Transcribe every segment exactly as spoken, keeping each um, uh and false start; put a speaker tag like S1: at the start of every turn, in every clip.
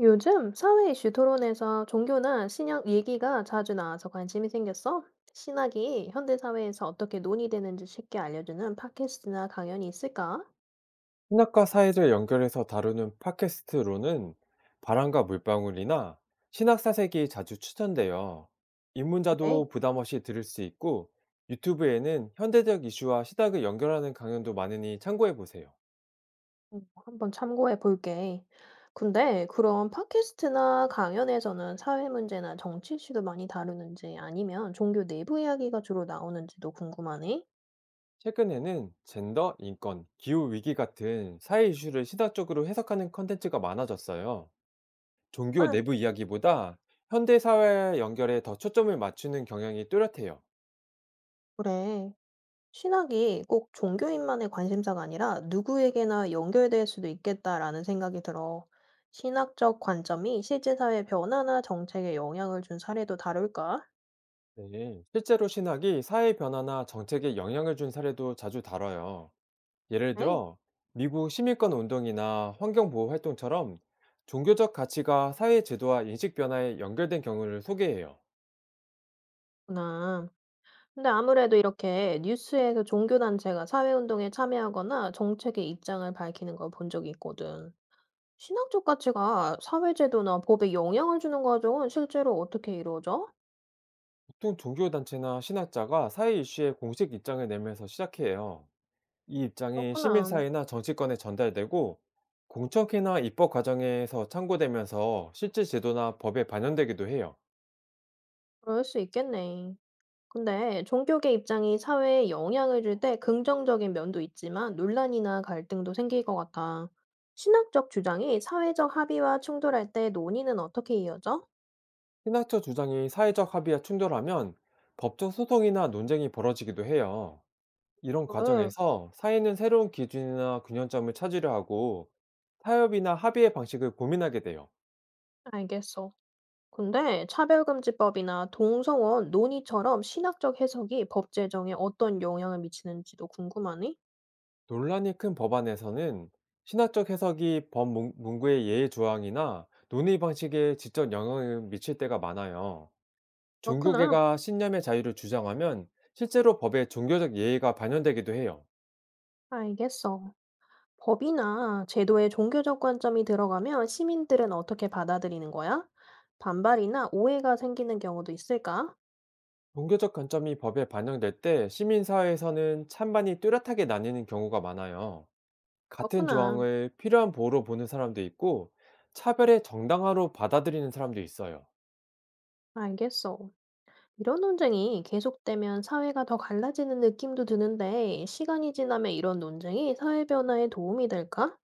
S1: 요즘 사회 이슈 토론에서 종교나 신약 얘기가 자주 나와서 관심이 생겼어. 신학이 현대 사회에서 어떻게 논의되는지 쉽게 알려주는 팟캐스트나 강연이 있을까?
S2: 신학과 사회를 연결해서 다루는 팟캐스트로는 바람과 물방울이나 신학사색이 자주 추천돼요.
S1: 그래.
S2: 입문자도 부담 없이 들을 수 있고 유튜브에는 현대적 이슈와 시각을 연결하는 강연도 많으니 참고해 보세요.
S1: 음, 한번 참고해 볼게. 근데 그런 팟캐스트나 강연에서는 사회 문제나 정치 이슈도 많이 다루는지 아니면 종교 내부 이야기가 주로 나오는지도 궁금하네.
S2: 최근에는 젠더, 인권, 기후 위기 같은 사회 이슈를 시각적으로 해석하는 컨텐츠가 많아졌어요. 종교
S1: 응,
S2: 내부 이야기보다 현대 사회와 연결에 더 초점을 맞추는 경향이 뚜렷해요.
S1: 그래. 신학이 꼭 종교인만의 관심사가 아니라 누구에게나 연결될 수도 있겠다라는 생각이 들어. 신학적 관점이 실제 사회 변화나 정책에 영향을 준 사례도 다룰까?
S2: 네, 실제로 신학이 사회 변화나 정책에 영향을 준 사례도 자주 다뤄요. 예를
S1: 에이,
S2: 들어, 미국 시민권 운동이나 환경보호 활동처럼 종교적 가치가 사회 제도와 인식 변화에 연결된 경우를 소개해요.
S1: 구나. 근데 아무래도 이렇게 뉴스에서 종교단체가 사회운동에 참여하거나 정책의 입장을 밝히는 걸 본 적이 있거든. 신학적 가치가 사회제도나 법에 영향을 주는 과정은 실제로 어떻게 이루어져?
S2: 보통 종교단체나 신학자가 사회 이슈에 공식 입장을 내면서 시작해요. 이 입장이
S1: 그렇구나.
S2: 시민사회나 정치권에 전달되고, 공청회나 입법 과정에서 참고되면서 실제 제도나 법에 반영되기도 해요.
S1: 그럴 수 있겠네. 근데 종교계 입장이 사회에 영향을 줄 때 긍정적인 면도 있지만 논란이나 갈등도 생길 것 같아. 신학적 주장이 사회적 합의와 충돌할 때 논의는 어떻게 이어져?
S2: 신학적 주장이 사회적 합의와 충돌하면 법적 소송이나 논쟁이 벌어지기도 해요. 이런
S1: 네.
S2: 과정에서 사회는 새로운 기준이나 균형점을 찾으려 하고 타협이나 합의의 방식을 고민하게 돼요.
S1: 알겠어. 근데 차별금지법이나 동성원 논의처럼 신학적 해석이 법 제정에 어떤 영향을 미치는지도 궁금하네?
S2: 논란이 큰 법안에서는 신학적 해석이 법 문- 문구의 예의 조항이나 논의 방식에 직접 영향을 미칠 때가 많아요.
S1: 그렇구나.
S2: 종교계가 신념의 자유를 주장하면 실제로 법에 종교적 예의가 반영되기도 해요.
S1: 알겠어. 법이나 제도에 종교적 관점이 들어가면 시민들은 어떻게 받아들이는 거야? 반발이나 오해가 생기는 경우도 있을까?
S2: 종교적 관점이 법에 반영될 때 시민사회에서는 찬반이 뚜렷하게 나뉘는 경우가 많아요. 같은
S1: 그렇구나.
S2: 조항을 필요한 보호로 보는 사람도 있고, 차별의 정당화로 받아들이는 사람도 있어요.
S1: 알겠어. 이런 논쟁이 계속되면 사회가 더 갈라지는 느낌도 드는데, 시간이 지나면 이런 논쟁이 사회 변화에 도움이 될까?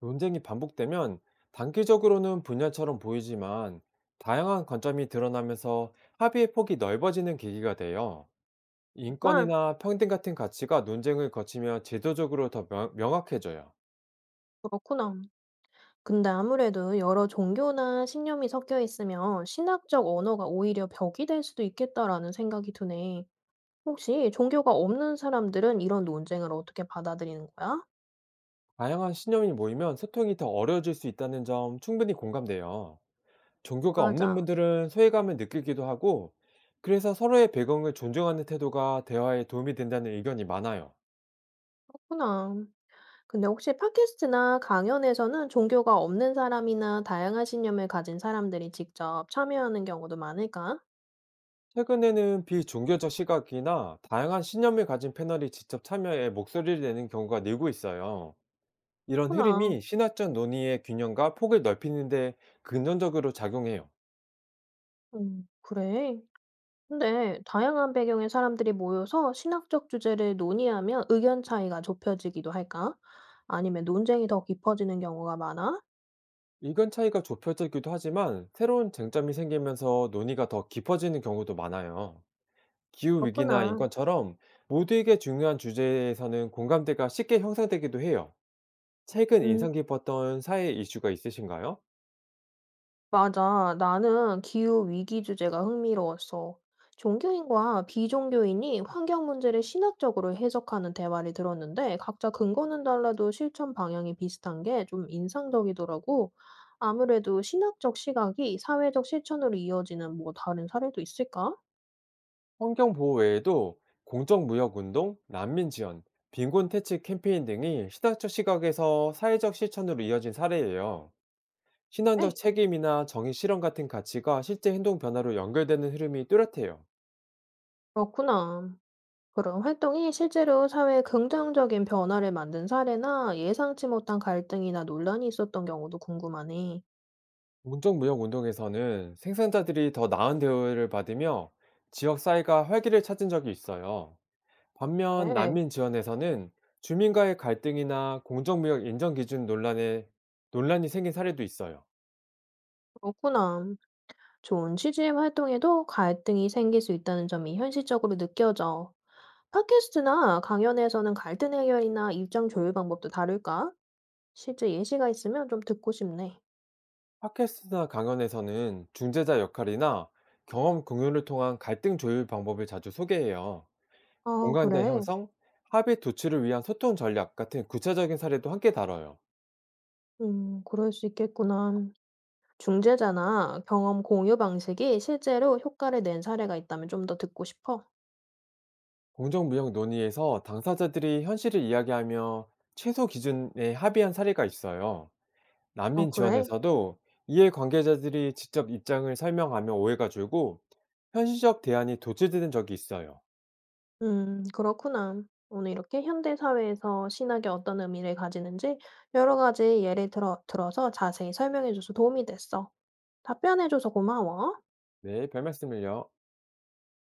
S2: 논쟁이 반복되면 단기적으로는 분열처럼 보이지만, 다양한 관점이 드러나면서 합의의 폭이 넓어지는 계기가 돼요.
S1: 정말?
S2: 인권이나 평등 같은 가치가 논쟁을 거치며 제도적으로 더 명- 명확해져요.
S1: 그렇구나. 근데 아무래도 여러 종교나 신념이 섞여 있으면 신학적 언어가 오히려 벽이 될 수도 있겠다라는 생각이 드네. 혹시 종교가 없는 사람들은 이런 논쟁을 어떻게 받아들이는 거야?
S2: 다양한 신념이 모이면 소통이 더 어려워질 수 있다는 점 충분히 공감돼요. 종교가 없는
S1: 맞아.
S2: 분들은 소외감을 느끼기도 하고, 그래서 서로의 배경을 존중하는 태도가 대화에 도움이 된다는 의견이 많아요.
S1: 그렇구나. 근데 혹시 팟캐스트나 강연에서는 종교가 없는 사람이나 다양한 신념을 가진 사람들이 직접 참여하는 경우도 많을까?
S2: 최근에는 비종교적 시각이나 다양한 신념을 가진 패널이 직접 참여해 목소리를 내는 경우가 늘고 있어요. 이런
S1: 그렇구나.
S2: 흐름이 신화적 논의의 균형과 폭을 넓히는데 긍정적으로 작용해요.
S1: 음, 그래. 근데 다양한 배경의 사람들이 모여서 신학적 주제를 논의하면 의견 차이가 좁혀지기도 할까? 아니면 논쟁이 더 깊어지는 경우가 많아?
S2: 의견 차이가 좁혀지기도 하지만 새로운 쟁점이 생기면서 논의가 더 깊어지는 경우도 많아요. 기후 위기나
S1: 그렇구나.
S2: 인권처럼 모두에게 중요한 주제에서는 공감대가 쉽게 형성되기도 해요. 최근
S1: 음.
S2: 인상 깊었던 사회 이슈가 있으신가요?
S1: 맞아. 나는 기후 위기 주제가 흥미로웠어. 종교인과 비종교인이 환경 문제를 신학적으로 해석하는 대화를 들었는데 각자 근거는 달라도 실천 방향이 비슷한 게 좀 인상적이더라고. 아무래도 신학적 시각이 사회적 실천으로 이어지는 뭐 다른 사례도 있을까?
S2: 환경 보호 외에도 공정 무역 운동, 난민 지원, 빈곤 퇴치 캠페인 등이 시각적 시각에서 사회적 실천으로 이어진 사례예요. 신앙적
S1: 에이,
S2: 책임이나 정의 실현 같은 가치가 실제 행동 변화로 연결되는 흐름이 뚜렷해요.
S1: 그렇구나. 그런 활동이 실제로 사회에 긍정적인 변화를 만든 사례나 예상치 못한 갈등이나 논란이 있었던 경우도 궁금하네.
S2: 공정 무역 운동에서는 생산자들이 더 나은 대우를 받으며 지역 사회가 활기를 찾은 적이 있어요. 반면
S1: 그래,
S2: 난민 지원에서는 주민과의 갈등이나 공정무역 인정 기준 논란에 논란이 생긴 사례도 있어요.
S1: 그렇구나. 좋은 취지의 활동에도 갈등이 생길 수 있다는 점이 현실적으로 느껴져. 팟캐스트나 강연에서는 갈등 해결이나 입장 조율 방법도 다를까? 실제 예시가 있으면 좀 듣고 싶네.
S2: 팟캐스트나 강연에서는 중재자 역할이나 경험 공유를 통한 갈등 조율 방법을 자주 소개해요.
S1: 아,
S2: 공간대
S1: 그래.
S2: 형성, 합의 도출을 위한 소통 전략 같은 구체적인 사례도 함께 다뤄요.
S1: 음, 그럴 수 있겠구나. 중재자나 경험 공유 방식이 실제로 효과를 낸 사례가 있다면 좀 더 듣고 싶어.
S2: 공정무역 논의에서 당사자들이 현실을 이야기하며 최소 기준에 합의한 사례가 있어요.
S1: 아,
S2: 난민
S1: 그래?
S2: 지원에서도 이해 관계자들이 직접 입장을 설명하며 오해가 줄고 현실적 대안이 도출되는 적이 있어요.
S1: 음, 그렇구나. 오늘 이렇게 현대 사회에서 신학이 어떤 의미를 가지는지 여러 가지 예를 들어, 들어서 자세히 설명해줘서 도움이 됐어. 답변해줘서 고마워.
S2: 네, 별 말씀을요.